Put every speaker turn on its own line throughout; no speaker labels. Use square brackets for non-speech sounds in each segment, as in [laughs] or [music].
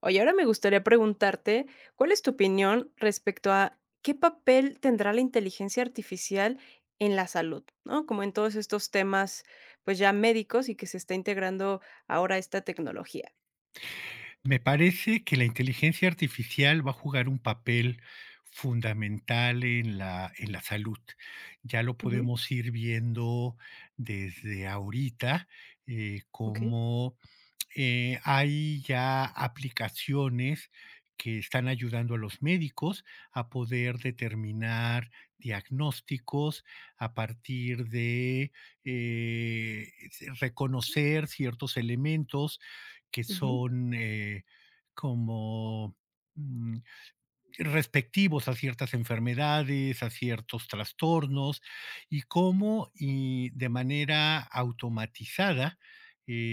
Oye, ahora me gustaría preguntarte, ¿cuál es tu opinión respecto a qué papel tendrá la inteligencia artificial en la salud?, ¿no? Como en todos estos temas, pues ya médicos y que se está integrando ahora esta tecnología.
Me parece que la inteligencia artificial va a jugar un papel fundamental en la salud. Ya lo
Ujú,
podemos ir viendo desde ahorita,
okey,
cómo hay ya aplicaciones que están ayudando a los médicos a poder determinar diagnósticos a partir de eh, reconocer ciertos elementos que
ujú,
son como mm, respectivos a ciertas enfermedades, a ciertos trastornos, y cómo y de manera automatizada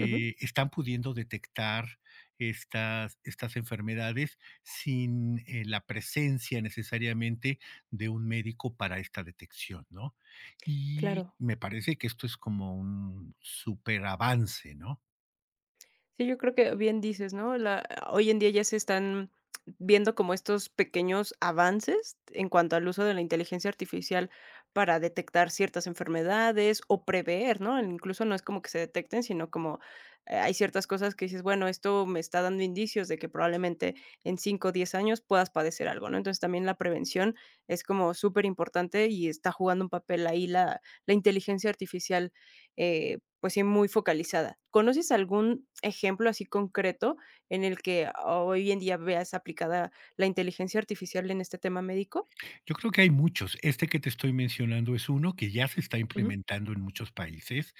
ujú,
están pudiendo detectar estas enfermedades sin la presencia necesariamente de un médico para esta detección, ¿no? Y
claro.
me parece que esto es como un super avance, ¿no?
Sí, yo creo que bien dices, ¿no? La Hoy en día ya se están viendo como estos pequeños avances en cuanto al uso de la inteligencia artificial para detectar ciertas enfermedades o prever, ¿no? Incluso no es como que se detecten, sino como, hay ciertas cosas que dices, bueno, esto me está dando indicios de que probablemente en 5 o 10 años puedas padecer algo, ¿no? Entonces, también la prevención es como súper importante y está jugando un papel ahí la inteligencia artificial, eh, pues sí, muy focalizada. ¿Conoces algún ejemplo así concreto en el que hoy en día veas aplicada la inteligencia artificial en este tema médico?
Yo creo que hay muchos. Este que te estoy mencionando es uno que ya se está
Ujú.
implementando en muchos países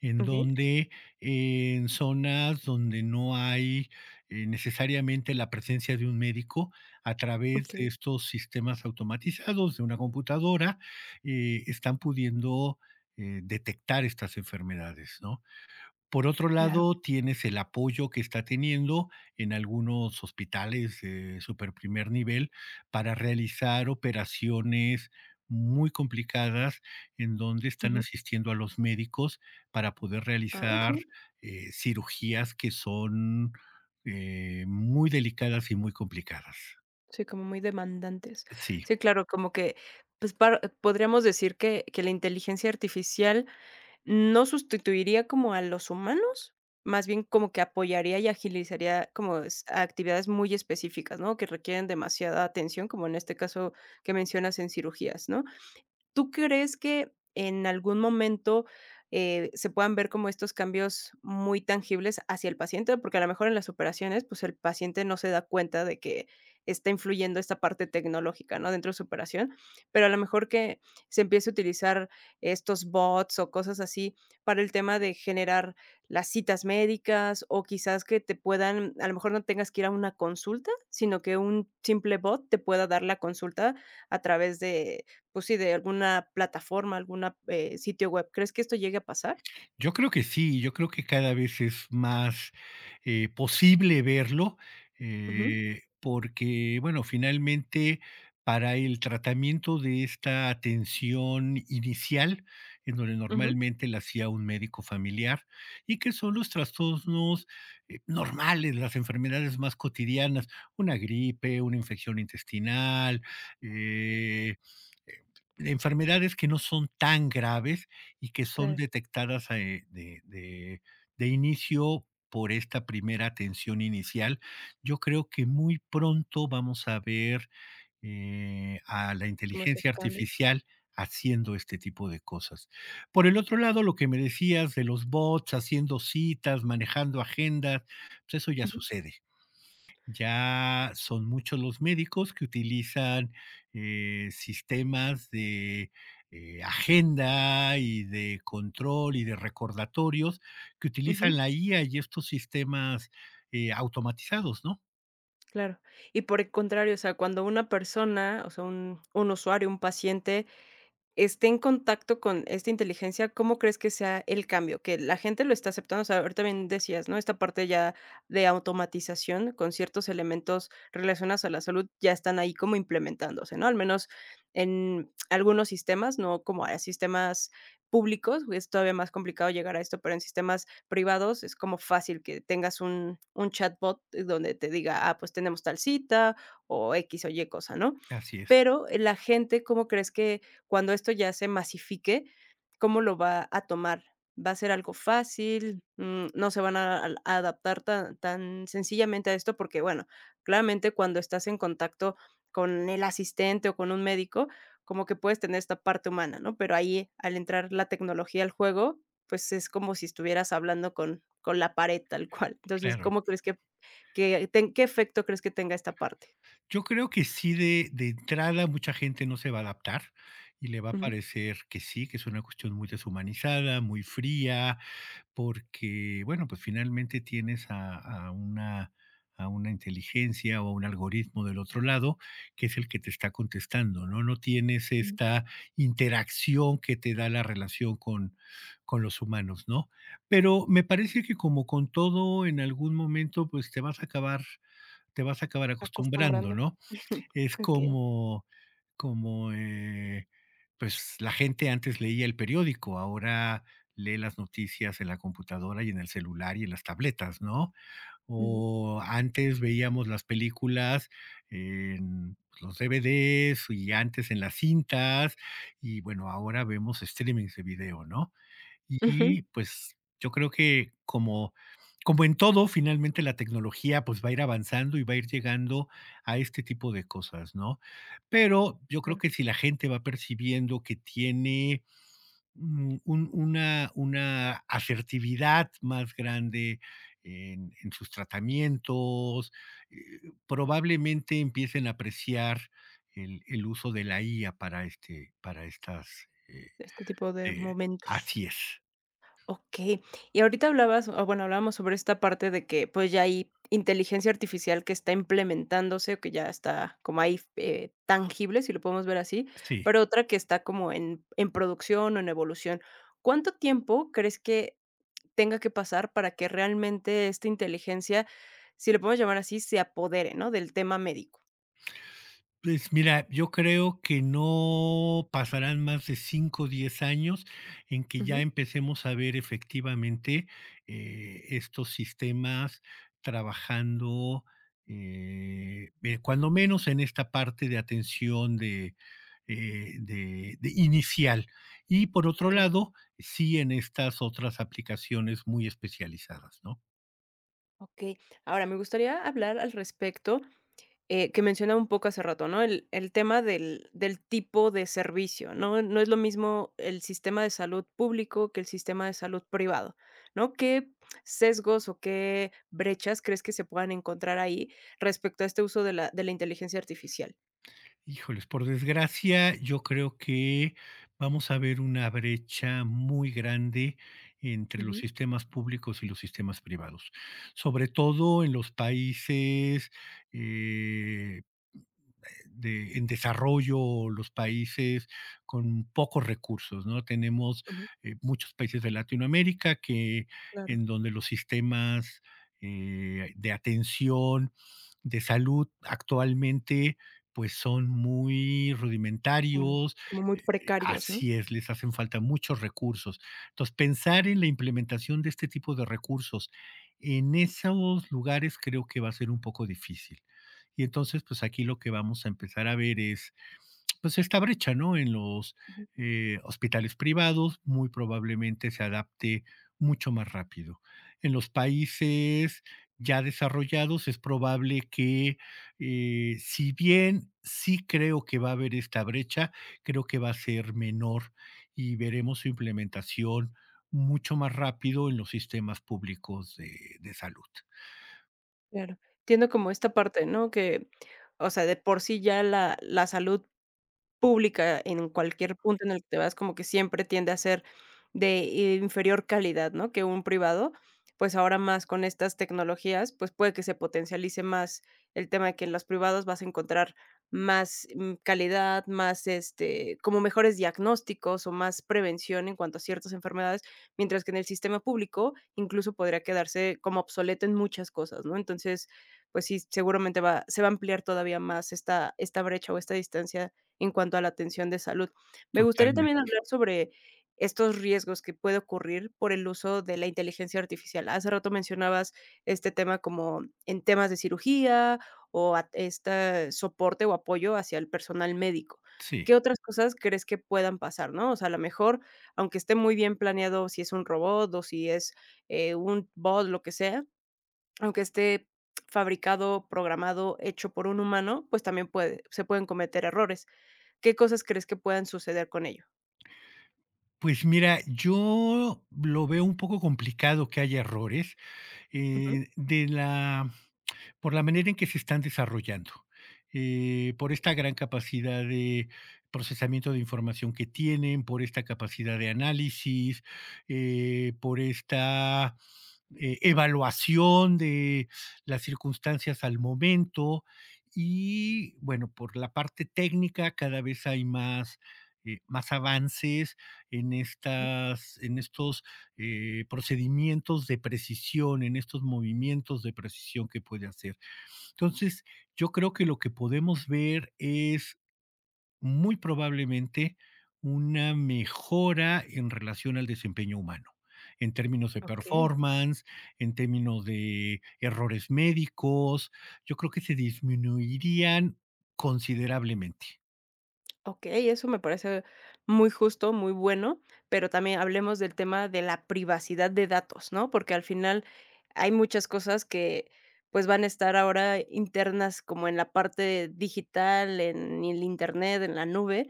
en
Okey,
donde en zonas donde no hay necesariamente la presencia de un médico a través de
okey,
estos sistemas automatizados de una computadora están pudiendo detectar estas enfermedades, ¿no? Por otro
claro.
lado, tienes el apoyo que está teniendo en algunos hospitales de súper primer nivel para realizar operaciones muy complicadas en donde están
Ujú.
asistiendo a los médicos para poder
Ah,
realizar,
okey.
cirugías que son, muy delicadas y muy complicadas.
Sí, como muy demandantes.
Sí.
Sí, claro, como que, pues, par podríamos decir que la inteligencia artificial no sustituiría como a los humanos, más bien como que apoyaría y agilizaría como es a actividades muy específicas, ¿no? Que requieren demasiada atención, como en este caso que mencionas en cirugías, ¿no? ¿Tú crees que en algún momento, se puedan ver como estos cambios muy tangibles hacia el paciente? Porque a lo mejor en las operaciones, pues, el paciente no se da cuenta de que está influyendo esta parte tecnológica, ¿no?, dentro de su operación, pero a lo mejor que se empiece a utilizar estos bots o cosas así para el tema de generar las citas médicas o quizás que te puedan a lo mejor no tengas que ir a una consulta, sino que un simple bot te pueda dar la consulta a través de pues sí, de alguna plataforma, alguna, sitio web. ¿Crees que esto llegue a pasar?
Yo creo que sí, yo creo que cada vez es más, posible verlo,
Ujú,
porque, bueno, finalmente, para el tratamiento de esta atención inicial, en donde
ujú,
normalmente la hacía un médico familiar, y que son los trastornos, normales, las enfermedades más cotidianas, una gripe, una infección intestinal, eh, eh, enfermedades que no son tan graves, y que son
claro.
detectadas, de inicio por esta primera atención inicial. Yo creo que muy pronto vamos a ver, a la
Como estos
inteligencia
cambios.
artificial haciendo este tipo de cosas. Por el otro lado, lo que me decías de los bots haciendo citas, manejando agendas, pues eso ya
Ujú,
sucede. Ya son muchos los médicos que utilizan, sistemas de, agenda y de control y de recordatorios que utilizan
ujú,
la IA y estos sistemas, automatizados, ¿no?
claro. Y por el contrario, o sea, cuando una persona, o sea, un usuario, un paciente esté en contacto con esta inteligencia, ¿cómo crees que sea el cambio? Que la gente lo está aceptando, o sea, ahorita bien decías, ¿no? Esta parte ya de automatización con ciertos elementos relacionados a la salud ya están ahí como implementándose, ¿no? Al menos en algunos sistemas, no como a sistemas públicos, es todavía más complicado llegar a esto, pero en sistemas privados es como fácil que tengas un, chatbot donde te diga, ah, pues tenemos tal cita o X o Y cosa, ¿no?
Así es,
Pero la gente, ¿cómo crees que cuando esto ya se masifique, ¿cómo lo va a tomar? ¿Va a ser algo fácil? No se van a al a adaptar tan tan sencillamente a esto, porque, bueno, claramente cuando estás en contacto con el asistente o con un médico, como que puedes tener esta parte humana, ¿no? Pero ahí, al entrar la tecnología al juego, pues, es como si estuvieras hablando con la pared tal cual. Entonces,
claro.
¿cómo crees que ten ¿qué efecto crees que tenga esta parte?
Yo creo que sí, de entrada mucha gente no se va a adaptar y le va a
Ujú.
parecer que sí, que es una cuestión muy deshumanizada, muy fría, porque, bueno, pues finalmente tienes a una inteligencia o a un algoritmo del otro lado que es el que te está contestando, ¿no? No tienes
Mm,
esta interacción que te da la relación con los humanos, ¿no? Pero me parece que como con todo, en algún momento, te vas a acabar acostumbrando,
Acostumbrando.
¿no?
[laughs]
Es
Ujú.
como, pues, la gente antes leía el periódico, ahora lee las noticias en la computadora y en el celular y en las tabletas, ¿no?
Ujú.
O antes veíamos las películas en los DVDs y antes en las cintas y, bueno, ahora vemos streamings de video, ¿no?
Ujú.
Y, pues, yo creo que como en todo, finalmente la tecnología, pues, va a ir avanzando y va a ir llegando a este tipo de cosas, ¿no? Pero yo creo que si la gente va percibiendo que tiene, un una asertividad más grande en sus tratamientos, probablemente empiecen a apreciar el uso de la IA para estas,
Este tipo de
eh
momentos.
así es.
Okey. Y ahorita hablabas, o bueno, hablábamos sobre esta parte de que, pues, ya hay inteligencia artificial que está implementándose, o que ya está como ahí, tangible, si lo podemos ver así,
Sí.
pero otra que está como en producción o en evolución. ¿Cuánto tiempo crees que tenga que pasar para que realmente esta inteligencia, si lo podemos llamar así, se apodere, no?, del tema médico.
Pues mira, yo creo que no pasarán más de 5, o 10 años en que ya
Ujú.
empecemos a ver efectivamente, estos sistemas trabajando, cuando menos en esta parte de atención de, de inicial. Y por otro
Okey.
lado, sí en estas otras aplicaciones muy especializadas, ¿no?
Okey. Ahora, me gustaría hablar al respecto que mencionaba un poco hace rato, ¿no? El tema del tipo de servicio, ¿no? No es lo mismo el sistema de salud público que el sistema de salud privado, ¿no? ¿Qué sesgos o qué brechas crees que se puedan encontrar ahí respecto a este uso de la inteligencia artificial?
Híjoles, por desgracia, yo creo que vamos a ver una brecha muy grande entre los
Ujú,
sistemas públicos y los sistemas privados, sobre todo en los países eh, de, en desarrollo, o los países con pocos recursos, ¿no? Tenemos
Ujú,
muchos países de Latinoamérica que
Claro,
en donde los sistemas de atención de salud actualmente pues son muy
Como,
rudimentarios,
como muy precarios, ¿no?
así es, les hacen falta muchos recursos. Entonces, pensar en la implementación de este tipo de recursos en esos lugares creo que va a ser un poco difícil. Y entonces, pues aquí lo que vamos a empezar a ver es pues esta brecha, ¿no? En los
Ujú,
hospitales privados muy probablemente se adapte mucho más rápido. En los países ya desarrollados es probable que, si bien sí creo que va a haber esta brecha, creo que va a ser menor y veremos su implementación mucho más rápido en los sistemas públicos de salud.
claro. Entiendo como esta parte, ¿no? Que, o sea, de por sí ya la salud pública en cualquier punto en el que te vas, como que siempre tiende a ser de inferior calidad, ¿no? Que un privado, pues ahora más con estas tecnologías, pues puede que se potencialice más el tema de que en los privados vas a encontrar más, mm, calidad, más, este, como mejores diagnósticos o más prevención en cuanto a ciertas enfermedades, mientras que en el sistema público incluso podría quedarse como obsoleto en muchas cosas, ¿no? Entonces, pues sí, seguramente va se va a ampliar todavía más esta brecha o esta distancia en cuanto a la atención de salud. Me gustaría también
Totalmente,
hablar sobre estos riesgos que puede ocurrir por el uso de la inteligencia artificial. Hace rato mencionabas este tema como en temas de cirugía o este soporte o apoyo hacia el personal médico.
sí.
¿Qué otras cosas crees que puedan pasar, no? O sea, a lo mejor, aunque esté muy bien planeado si es un robot o si es un bot, lo que sea, aunque esté fabricado, programado, hecho por un humano, pues también puede, se pueden cometer errores. ¿Qué cosas crees que puedan suceder con ello?
Pues mira, yo lo veo un poco complicado que haya errores,
Ujú,
de la por la manera en que se están desarrollando, por esta gran capacidad de procesamiento de información que tienen, por esta capacidad de análisis, por esta, evaluación de las circunstancias al momento y, bueno, por la parte técnica cada vez hay más, más avances en
ujú.
estas en estos procedimientos de precisión, en estos movimientos de precisión que puede hacer. Entonces, yo creo que lo que podemos ver es muy probablemente una mejora en relación al desempeño humano, en términos de
Okey.
performance, en términos de errores médicos. Yo creo que se disminuirían considerablemente.
Okey, eso me parece muy justo, muy bueno, pero también hablemos del tema de la privacidad de datos, ¿no? Porque al final hay muchas cosas que, pues, van a estar ahora internas como en la parte digital, en el Internet, en la nube,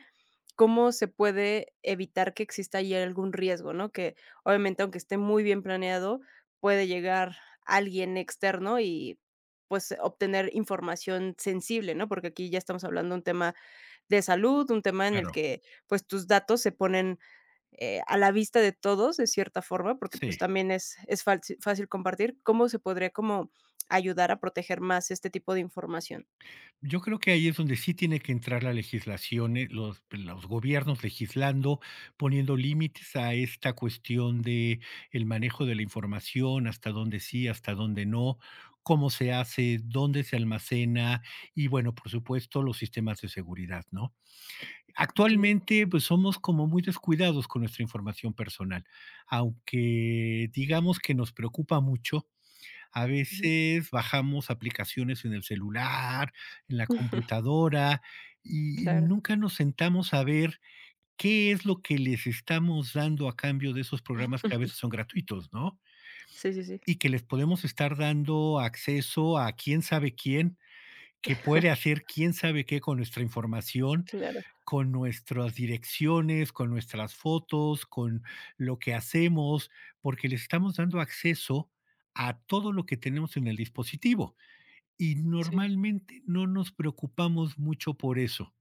cómo se puede evitar que exista ahí algún riesgo, ¿no? Que obviamente, aunque esté muy bien planeado, puede llegar alguien externo y, pues, obtener información sensible, ¿no? Porque aquí ya estamos hablando de un tema de salud, un tema en el
Claro.
que, pues, tus datos se ponen, a la vista de todos de cierta forma, porque, pues,
Sí.
también es falsi fácil compartir. ¿Cómo se podría como ayudar a proteger más este tipo de información?
Yo creo que ahí es donde sí tiene que entrar la legislación, los, pues, los gobiernos legislando, poniendo límites a esta cuestión de el manejo de la información, hasta dónde sí, hasta dónde no, cómo se hace, dónde se almacena y bueno, por supuesto, los sistemas de seguridad, ¿no?
Okey,
Actualmente, pues somos como muy descuidados con nuestra información personal, aunque digamos que nos preocupa mucho, a
ujú.
veces bajamos aplicaciones en el celular, en la
[laughs]
computadora, y
Claro.
nunca nos sentamos a ver qué es lo que les estamos dando a cambio de esos programas que a veces son gratuitos, ¿no?
Sí, sí, sí.
Y que les podemos estar dando acceso a quién sabe quién, que puede hacer quién sabe qué con nuestra información,
Claro,
con nuestras direcciones, con nuestras fotos, con lo que hacemos, porque les estamos dando acceso a todo lo que tenemos en el dispositivo y
sí.
normalmente no nos preocupamos mucho por eso.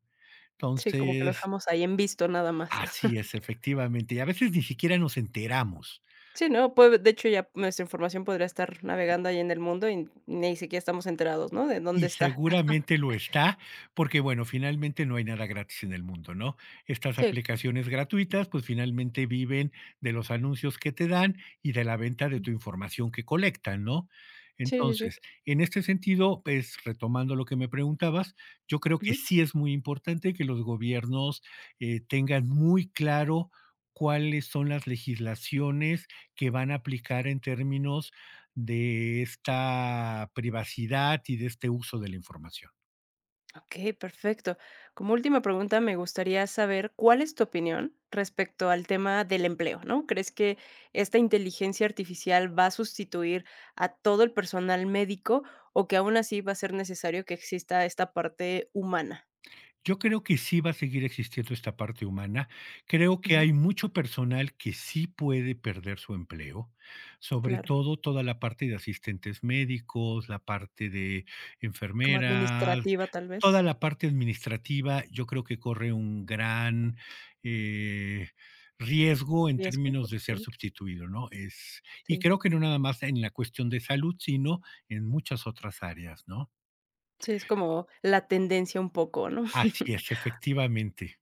Sí, como que lo
Entonces,
dejamos ahí en visto nada más.
así es,
[laughs]
efectivamente, y a veces ni siquiera nos enteramos.
Sí, no, puede de hecho, ya nuestra información podría estar navegando ahí en el mundo y ni siquiera estamos enterados, ¿no?, de dónde
Y
está.
seguramente lo está, porque bueno, finalmente no hay nada gratis en el mundo, ¿no? Estas
Sí,
aplicaciones gratuitas, pues finalmente viven de los anuncios que te dan y de la venta de tu información que colectan, ¿no?
sí, sí,
Entonces,
sí.
en este sentido, pues retomando lo que me preguntabas, yo creo que
Ujú.
sí es muy importante que los gobiernos tengan muy claro cuáles son las legislaciones que van a aplicar en términos de esta privacidad y de este uso de la información.
Okey, perfecto. Como última pregunta, me gustaría saber, ¿cuál es tu opinión respecto al tema del empleo?, ¿no? ¿Crees que esta inteligencia artificial va a sustituir a todo el personal médico, o que aún así va a ser necesario que exista esta parte humana?
Yo creo que sí va a seguir existiendo esta parte humana. Creo que
Ujú,
hay mucho personal que sí puede perder su empleo, sobre
claro,
todo toda la parte de asistentes médicos, la parte de
como
enfermeras,
administrativa, tal
toda
vez.
la parte administrativa, yo creo que corre un gran eh, riesgo en
Riesgo,
términos de ser
okey,
sustituido, ¿no? Es, y
sí.
creo que no nada más en la cuestión de salud, sino en muchas otras áreas, ¿no?
Sí, es como la tendencia un poco, ¿no?
Así
[laughs]
es, efectivamente.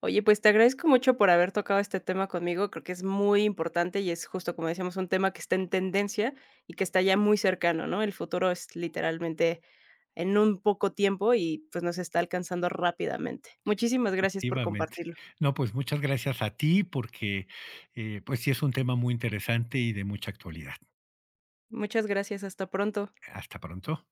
Oye, pues, te agradezco mucho por haber tocado este tema conmigo, creo que es muy importante y es justo, como decíamos, un tema que está en tendencia y que está ya muy cercano, ¿no? El futuro es literalmente en un poco tiempo y, pues, nos está alcanzando rápidamente. Muchísimas gracias por
Efectivamente.
compartirlo.
No, pues muchas gracias a ti porque, pues sí es un tema muy interesante y de mucha actualidad.
Muchas gracias, hasta pronto.
Hasta pronto.